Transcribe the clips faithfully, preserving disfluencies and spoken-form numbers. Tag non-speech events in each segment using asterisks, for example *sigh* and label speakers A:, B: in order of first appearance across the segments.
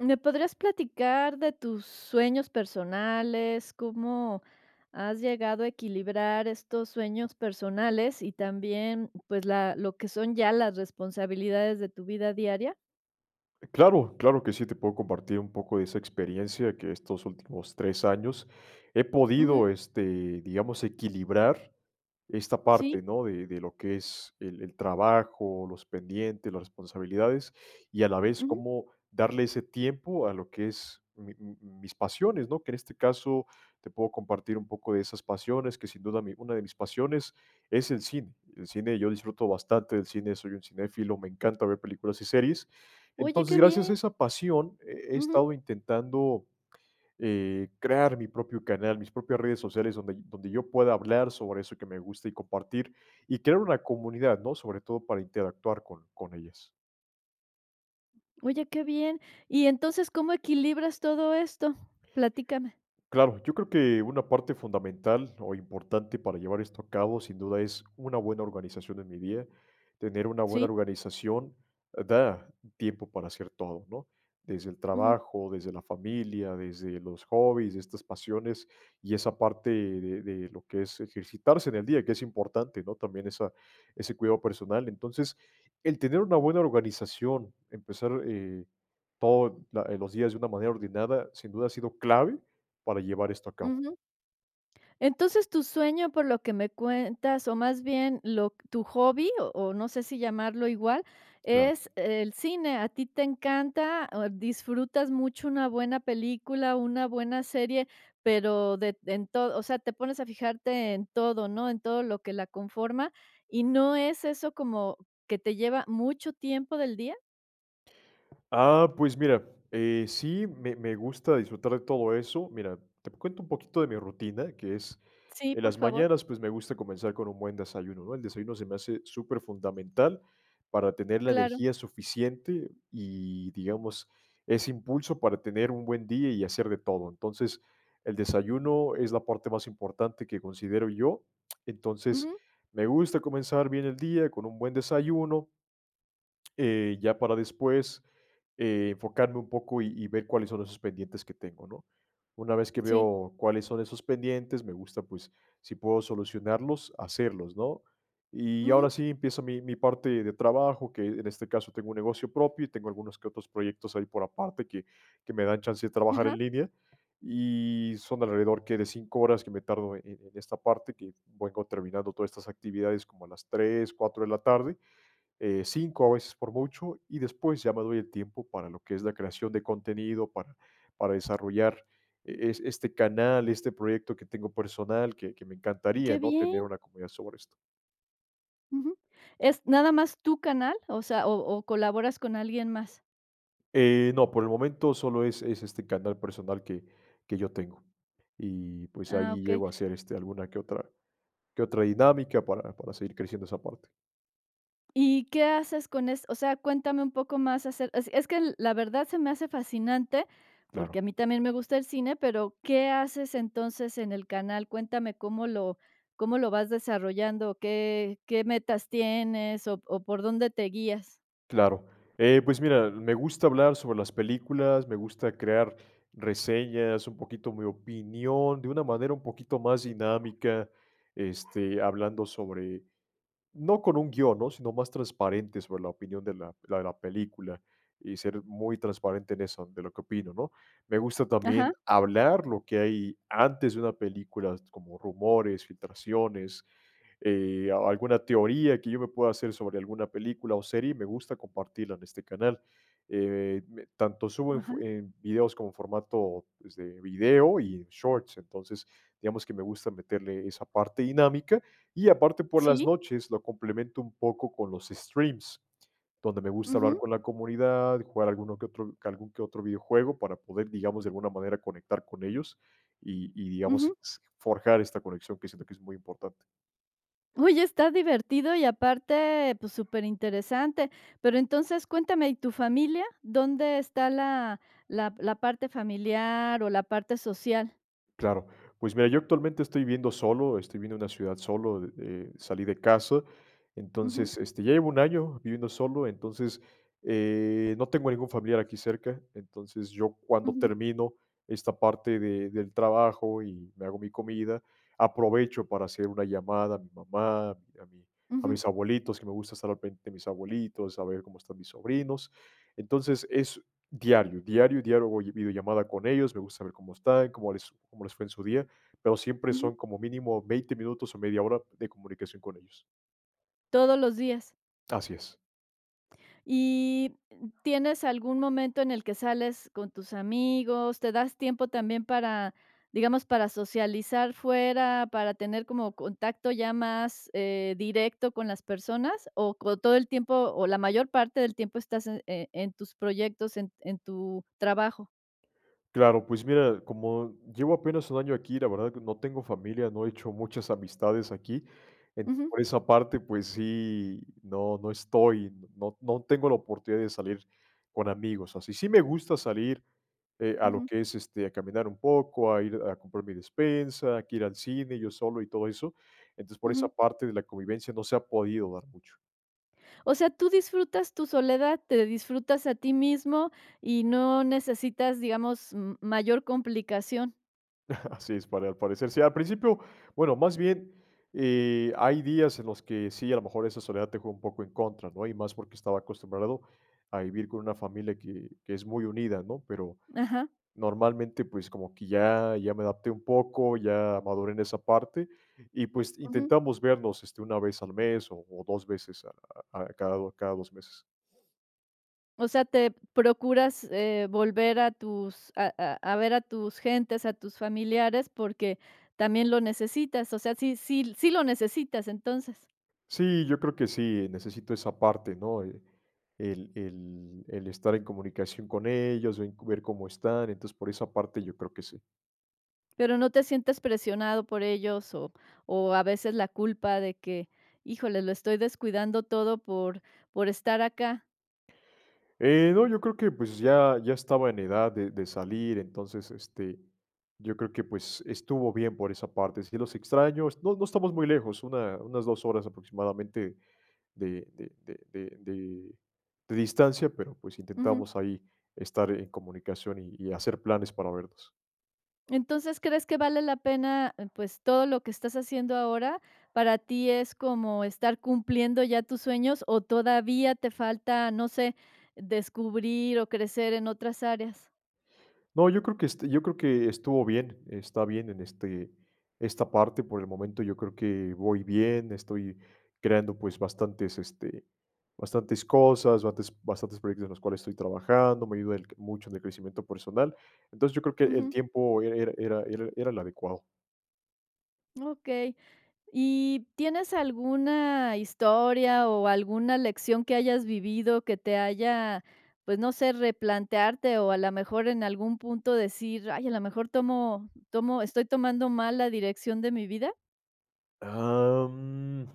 A: ¿Me podrías
B: Podrás.
A: platicar de tus sueños personales? ¿Cómo has llegado a equilibrar estos sueños personales y también, pues, la lo que son ya las responsabilidades de tu vida diaria?
B: Claro, claro que sí, te puedo compartir un poco de esa experiencia que estos últimos tres años he
A: Ujú,
B: podido, este, digamos, equilibrar esta
A: sí,
B: parte, ¿no? De, de lo que es el, el trabajo, los pendientes, las responsabilidades y a la vez
A: ujú.
B: cómo darle ese tiempo a lo que es mi- mi- mis pasiones, ¿no? Que en este caso te puedo compartir un poco de esas pasiones, que sin duda mi- una de mis pasiones es el cine. El cine, yo disfruto bastante del cine, soy un cinéfilo, me encanta ver películas y series.
A: Oye,
B: Entonces,
A: qué
B: gracias a
A: bien,
B: esa pasión, he he
A: ujú,
B: estado intentando, eh, crear mi propio canal, mis propias redes sociales donde donde yo pueda hablar sobre eso que me gusta y compartir, y crear una comunidad, ¿no? Sobre todo para interactuar con con ellas.
A: oye, qué bien. Y entonces, ¿cómo equilibras todo esto? Platícame.
B: Claro, yo creo que una parte fundamental o importante para llevar esto a cabo, sin duda, es una buena organización en mi día. Tener una buena
A: Sí,
B: organización eh, da tiempo para hacer todo, ¿no? Desde el
A: ujú,
B: trabajo, desde la familia, desde los hobbies, estas pasiones y esa parte de, de lo que es ejercitarse en el día, que es importante, ¿no? También esa, ese cuidado personal. Entonces, el tener una buena organización, empezar eh, todos los días de una manera ordenada, sin duda ha sido clave para llevar esto a cabo.
A: ujú. Entonces, tu sueño, por lo que me cuentas, o más bien lo tu hobby, o o no sé si llamarlo igual,
B: Claro.
A: es el cine. A ti te encanta, o disfrutas mucho una buena película, una buena serie, pero de en todo, o sea, te pones a fijarte en todo, ¿no? En todo lo que la conforma, ¿y no es eso como que te lleva mucho tiempo del día?
B: Ah, pues mira, eh, sí, me me gusta disfrutar de todo eso. Mira, te cuento un poquito de mi rutina, que es
A: Sí,
B: en
A: por
B: las
A: favor.
B: mañanas, pues me gusta comenzar con un buen desayuno, ¿no? El desayuno se me hace súper fundamental para tener la
A: Claro.
B: energía suficiente y, digamos, ese impulso para tener un buen día y hacer de todo. Entonces, el desayuno es la parte más importante que considero yo. Entonces,
A: Ujú.
B: me gusta comenzar bien el día con un buen desayuno. Eh, ya para después eh, enfocarme un poco y, y ver cuáles son esos pendientes que tengo, ¿no? Una vez que
A: Sí.
B: veo cuáles son esos pendientes, me gusta, pues, si puedo solucionarlos, hacerlos, ¿no? Y ahora
A: Ujú.
B: sí empieza mi, mi parte de trabajo, que en este caso tengo un negocio propio y tengo algunos que otros proyectos ahí por aparte que, que me dan chance de trabajar
A: Ajá.
B: en línea. Y son alrededor que de cinco horas que me tardo en, en esta parte, que vengo terminando todas estas actividades como a las tres, cuatro de la tarde, eh, cinco a veces por mucho, y después ya me doy el tiempo para lo que es la creación de contenido, para, para desarrollar eh, es- este canal, este proyecto que tengo personal, que, que me
A: Qué
B: encantaría, ¿no? Tener
A: bien.
B: una comunidad sobre esto.
A: Ujú. ¿Es nada más tu canal? O sea, ¿o o colaboras con alguien más?
B: Eh, no, por el momento solo es, es este canal personal que, que yo tengo. Y pues
A: Ah,
B: ahí
A: okey.
B: llego a hacer este, alguna que otra, que otra dinámica para, para seguir creciendo esa parte.
A: ¿Y qué haces con es? O sea, cuéntame un poco más hacer. es es que l- la verdad se me hace fascinante, porque a
B: Claro.
A: mí también me gusta el cine, pero ¿qué haces entonces en el canal? Cuéntame cómo lo cómo lo vas desarrollando, qué qué metas tienes o o por dónde te guías.
B: Claro. Eh, pues mira, me gusta hablar sobre las películas, me gusta crear reseñas, un poquito mi opinión, de una manera un poquito más dinámica, este, hablando sobre, no con un guión, ¿no? Sino más transparente sobre la opinión de la, la- de la película y ser muy transparente en eso, de lo que opino, ¿no? Me gusta
A: Ajá,
B: también hablar lo que hay antes de una película, como rumores, filtraciones, eh, a- alguna teoría que yo me pueda hacer sobre alguna película o serie, me gusta compartirla en este canal. Eh, me- tanto subo en,
A: ajá.
B: fo- en videos como en formato pues, de video y en shorts, entonces digamos que me gusta meterle esa parte dinámica y aparte por las
A: Sí.
B: noches lo complemento un poco con los streams, donde me gusta hablar
A: Ujú,
B: con la comunidad, jugar alguno que otro, algún que otro videojuego para poder, digamos, de alguna manera conectar con ellos y, y digamos,
A: ujú.
B: s- forjar esta conexión que siento que es muy importante.
A: Oye, está divertido y aparte, pues, súper interesante. Pero entonces, cuéntame, ¿y tu familia? ¿Dónde está la la la parte familiar o la parte social?
B: Claro. Pues mira, yo actualmente estoy viviendo solo, estoy viviendo en una ciudad solo, eh, salí de casa,
A: Ujú,
B: entonces, este, ya llevo un año viviendo solo, entonces, eh, no tengo ningún familiar aquí cerca, entonces yo cuando
A: ujú,
B: termino esta parte de- del trabajo y me hago mi comida, aprovecho para hacer una llamada a mi mamá, a, mi- a mi- a
A: ujú,
B: mis abuelitos, que me gusta estar al pendiente de mis abuelitos, saber cómo están mis sobrinos. Entonces, diario, diario, diario hago videollamada con ellos, me gusta ver cómo están, cómo les cómo les fue en su día, pero siempre
A: ujú.
B: son como mínimo veinte minutos o media hora de comunicación con ellos.
A: Todos los días.
B: Así es.
A: ¿Y tienes algún momento en el que sales con tus amigos? ¿Te das tiempo también para, digamos, para socializar fuera, para tener como contacto ya más eh, directo con las personas? ¿O co- todo el tiempo, o la mayor parte del tiempo estás en, eh, en tus proyectos, en, en tu trabajo?
B: Claro, pues mira, como llevo apenas un año aquí, la verdad que no tengo familia, no he hecho muchas amistades aquí. En-
A: Ujú,
B: por esa parte, pues sí, no, no estoy, no, no tengo la oportunidad de salir con amigos. Así sí me gusta salir, eh, a lo
A: ujú,
B: que es este, a caminar un poco, a ir a comprar mi despensa, a ir al cine yo solo y todo eso. Entonces, por esa
A: ujú.
B: parte de la convivencia no se ha podido dar mucho.
A: O sea, tú disfrutas tu soledad, te disfrutas a ti mismo y no necesitas, digamos, m- mayor complicación.
B: Así es, para al parecer. Sí, al principio, bueno, más bien, eh, hay días en los que sí, a lo mejor esa soledad te juega un poco en contra, ¿no? Y más porque estaba acostumbrado a vivir con una familia que, que es muy unida, ¿no? Pero
A: Ajá.
B: normalmente, pues como que ya, ya me adapté un poco, ya maduré en esa parte y pues intentamos vernos este, una vez al mes o, o dos veces a- a- a cada, do- cada dos meses.
A: O sea, te procuras, eh, volver a tus a a a ver a tus gentes, a tus familiares, porque también lo necesitas. O sea, sí sí sí lo necesitas, entonces,
B: Sí, yo creo que sí, necesito esa parte, ¿no? Eh, El, el- el estar en comunicación con ellos, ven- ver cómo están, entonces por esa parte yo creo que sí.
A: pero no te sientes presionado por ellos, o o a veces la culpa de que: "Híjole, lo estoy descuidando todo por por estar acá".
B: Eh, no, yo creo que pues ya, ya estaba en edad de, de salir, entonces este, yo creo que pues estuvo bien por esa parte. Sí los extraño, es- no, no estamos muy lejos, una, unas dos horas aproximadamente de, de, de, de- de- de distancia, pero pues intentamos ahí estar en comunicación y y hacer planes para vernos.
A: Entonces, ¿crees que vale la pena, eh, pues, todo lo que estás haciendo ahora, para ti es como estar cumpliendo ya tus sueños, o todavía te falta, no sé, descubrir o crecer en otras áreas?
B: No, yo creo que est yo creo que estuvo bien, está bien en este esta parte por el momento, yo creo que voy bien, estoy creando, pues, bastantes, este, bastantes cosas, bastantes bastantes proyectos en los cuales estoy trabajando, me ayuda el mucho en el crecimiento personal. Entonces, yo creo que el
A: Ujú,
B: tiempo era era era era era el adecuado.
A: okey. ¿Y tienes alguna historia o alguna lección que hayas vivido que te haya, pues, no sé, replantearte o a lo mejor en algún punto decir: "Ay, a lo mejor tomo tomo estoy tomando mal la dirección de mi vida"?
B: Am,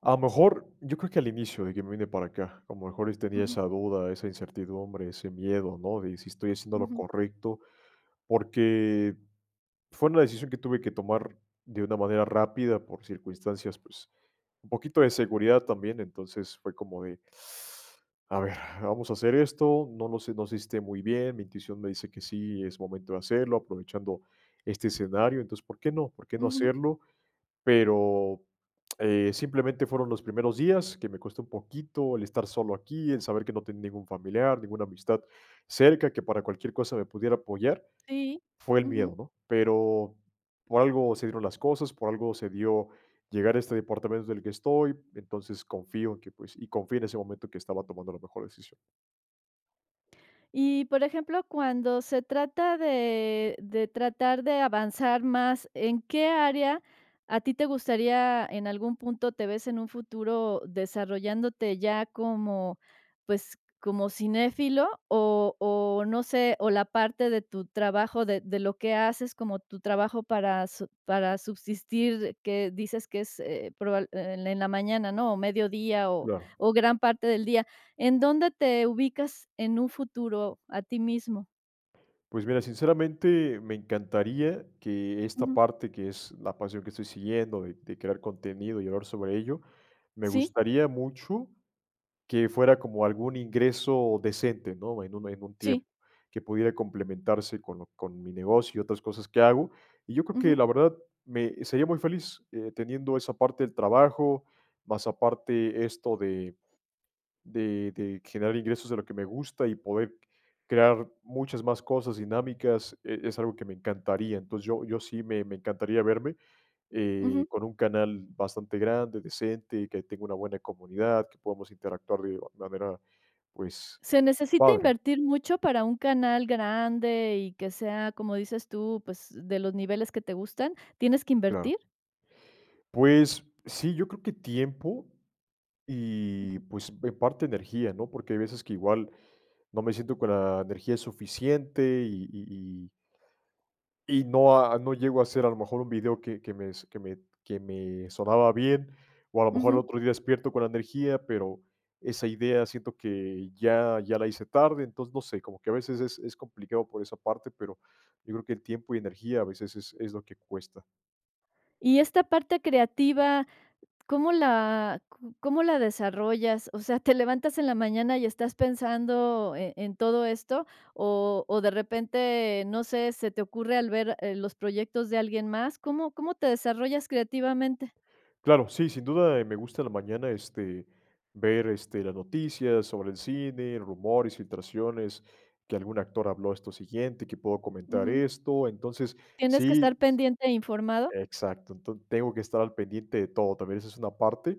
B: a lo mejor, yo creo que al inicio de que me vine para acá, a lo mejor es- tenía
A: Ujú,
B: esa duda, esa incertidumbre, ese miedo, ¿no? De si estoy haciendo lo
A: ujú,
B: correcto, porque fue una decisión que tuve que tomar de una manera rápida por circunstancias, pues, un poquito de seguridad también, entonces fue como de, a ver, vamos a hacer esto, no lo sé, no sé si esté muy bien, mi intuición me dice que sí, es momento de hacerlo, aprovechando este escenario, entonces, ¿por qué no? ¿Por qué no
A: ujú.
B: hacerlo? Pero eh, simplemente fueron los primeros días que me costó un poquito el estar solo aquí, el saber que no tenía ningún familiar, ninguna amistad cerca que para cualquier cosa me pudiera apoyar.
A: Sí,
B: Fue el
A: ujú.
B: miedo, ¿no? Pero por algo se dieron las cosas, por algo se dio llegar a este departamento del que estoy, entonces confío en que, pues, y confío en ese momento que estaba tomando la mejor decisión.
A: Y, por ejemplo, cuando se trata de de tratar de avanzar más, ¿en qué área a ti te gustaría, en algún punto te ves en un futuro desarrollándote ya como, pues, como cinéfilo o o no sé, o la parte de tu trabajo, de de lo que haces como tu trabajo para su para subsistir, que dices que es, eh, probable en la mañana, ¿no? O mediodía o
B: Claro.
A: o gran parte del día. ¿En dónde te ubicas en un futuro a ti mismo?
B: Pues mira, sinceramente me encantaría que esta
A: Ujú.
B: parte que es la pasión que estoy siguiendo de, de crear contenido y hablar sobre ello, me
A: Sí,
B: gustaría mucho que fuera como algún ingreso decente, ¿no? En un en un tiempo,
A: sí.
B: que pudiera complementarse con lo con mi negocio y otras cosas que hago. Y yo creo que
A: Ujú,
B: la verdad me sería muy feliz, eh, teniendo esa parte del trabajo, más aparte esto de de de generar ingresos de lo que me gusta y poder crear muchas más cosas dinámicas, e es algo que me encantaría. Entonces, yo yo sí me me encantaría verme,
A: ujú.
B: eh, con un canal bastante grande, decente, que tenga una buena comunidad, que podamos interactuar de manera, pues,
A: ¿Se necesita
B: padre,
A: invertir mucho para un canal grande y que sea, como dices tú, pues, de los niveles que te gustan? ¿Tienes que
B: claro.
A: invertir?
B: Pues sí, yo creo que tiempo
A: Ujú,
B: y, pues, en parte energía, ¿no? Porque hay veces que igual no me siento con la energía suficiente y y Y no a no llego a hacer a lo mejor un video que que me s que me que me sonaba bien, o a lo mejor el
A: ujú.
B: otro día despierto con la energía, pero esa idea siento que ya ya la hice tarde, entonces, no sé, como que a veces es es complicado por esa parte, pero yo creo que el tiempo y energía a veces es es lo que cuesta.
A: Y esta parte creativa, ¿Cómo la c cómo la desarrollas? O sea, ¿te levantas en la mañana y estás pensando e en todo esto? O o de repente, no sé, se te ocurre al ver, eh, los proyectos de alguien más. ¿cómo cómo te desarrollas creativamente?
B: Claro, sí, sin duda, eh, me gusta en la mañana, este, ver, este, las noticias sobre el cine, rumores, filtraciones, que algún actor habló esto siguiente, que puedo comentar
A: Ujú.
B: esto. Entonces,
A: ¿Tienes que estar
B: sí.
A: pendiente e informado?
B: Exacto, entonces tengo que estar al pendiente de todo, también esa es una parte,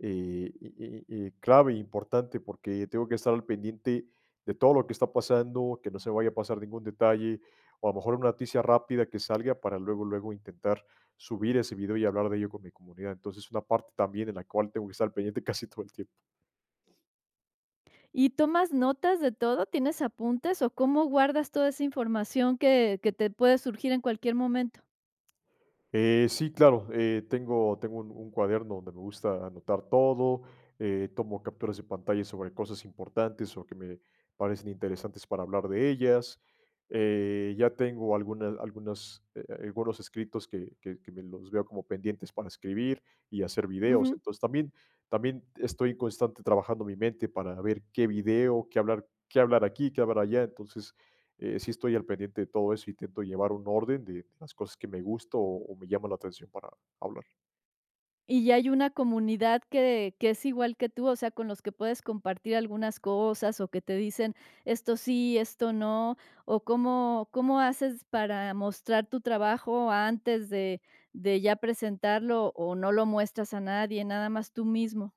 B: eh, y y y clave, e importante, porque tengo que estar al pendiente de todo lo que está pasando, que no se vaya a pasar ningún detalle, o a lo mejor una noticia rápida que salga para luego, luego intentar subir ese video y hablar de ello con mi comunidad. Entonces, es una parte también en la cual tengo que estar al pendiente *laughs* casi todo el tiempo.
A: ¿Y tomas notas de todo? ¿Tienes apuntes? ¿O cómo guardas toda esa información que que te puede surgir en cualquier momento?
B: Eh, sí, claro, eh, tengo, tengo un, un cuaderno donde me gusta anotar todo, eh, tomo capturas de pantalla sobre cosas importantes o que me parecen interesantes para hablar de ellas. Eh, ya tengo algunas, algunas, eh, algunos escritos que, que- que me los veo como pendientes para escribir y hacer videos. Entonces también, también estoy constante trabajando mi mente para ver qué video, qué hablar, qué hablar aquí, qué hablar allá. Entonces eh, sí estoy al pendiente de todo eso, intento llevar un orden de de las cosas que me gusta o, o me llaman la atención para hablar.
A: Y ya hay una comunidad que que es igual que tú, o sea, con los que puedes compartir algunas cosas, o que te dicen esto sí, esto no, o cómo cómo haces para mostrar tu trabajo antes de de ya presentarlo, o no lo muestras a nadie, nada más tú mismo.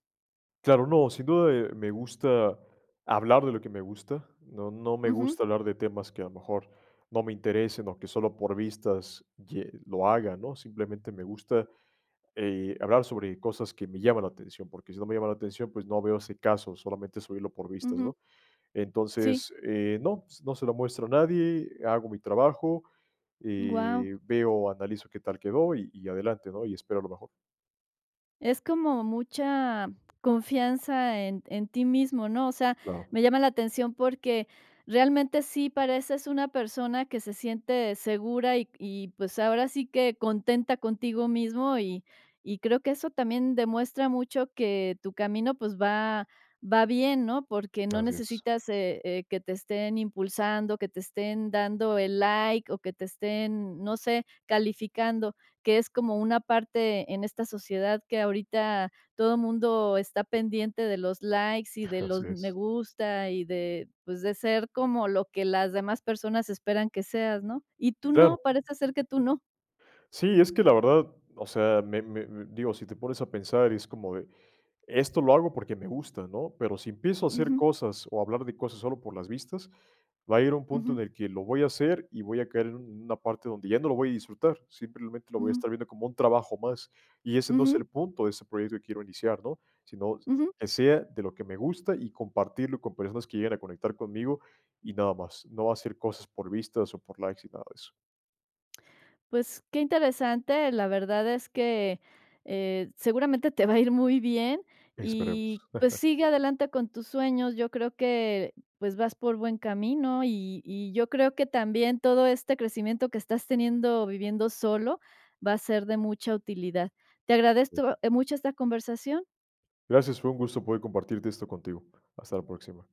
B: Claro, no, sin duda eh, me gusta hablar de lo que me gusta, no, no me
A: Ujú,
B: gusta hablar de temas que a lo mejor no me interesen o que solo por vistas ye- lo haga, ¿no? Simplemente me gusta eh, hablar sobre cosas que me llaman la atención, porque si no me llama la atención, pues no veo ese caso, solamente subirlo por vistas,
A: ujú.
B: ¿no?
A: Sí,
B: Entonces, eh, no, no se lo muestro a nadie, hago mi trabajo.
A: wow.
B: Eh, veo, analizo qué tal quedó y y adelante, ¿no? Y espero lo mejor.
A: Es como mucha confianza en en ti mismo, ¿no? O sea,
B: Claro,
A: me llama la atención porque realmente sí pareces una persona que se siente segura y y, pues, ahora sí que contenta contigo mismo y y creo que eso también demuestra mucho que tu camino, pues, va va bien, ¿no? Porque no
B: así es,
A: necesitas, eh eh, que te estén impulsando, que te estén dando el like o que te estén, no sé, calificando, que es como una parte en esta sociedad que ahorita todo mundo está pendiente de los likes y de
B: *laughs* así
A: los me
B: es.
A: gusta y de, pues, de ser como lo que las demás personas esperan que seas, ¿no? Y tú no,
B: Claro.
A: parece ser que tú no.
B: Sí, es que la verdad, o sea, me me me digo, si te pones a pensar, es como de, esto lo hago porque me gusta, ¿no? Pero si empiezo a hacer
A: Ujú,
B: cosas o hablar de cosas solo por las vistas, va a ir a un punto en
A: ujú,
B: el que lo voy a hacer y voy a caer en un- una parte donde ya no lo voy a disfrutar, simplemente lo voy a
A: ujú,
B: estar viendo como un trabajo más. Y ese no es
A: ujú,
B: el punto de ese proyecto que quiero iniciar, ¿no? Sino
A: ujú.
B: que sea de lo que me gusta y compartirlo con personas que lleguen a conectar conmigo y nada más. No hacer cosas por vistas o por likes y nada de eso.
A: Pues qué interesante, la verdad es que, eh, seguramente te va a ir muy bien
B: Esperemos.
A: y, pues, sigue adelante con tus sueños. Yo creo que, pues, vas por buen camino y y yo creo que también todo este crecimiento que estás teniendo viviendo solo va a ser de mucha utilidad. Te agradezco,
B: *laughs*
A: eh, mucho esta conversación.
B: Gracias, fue un gusto poder compartirte esto contigo. Hasta la próxima.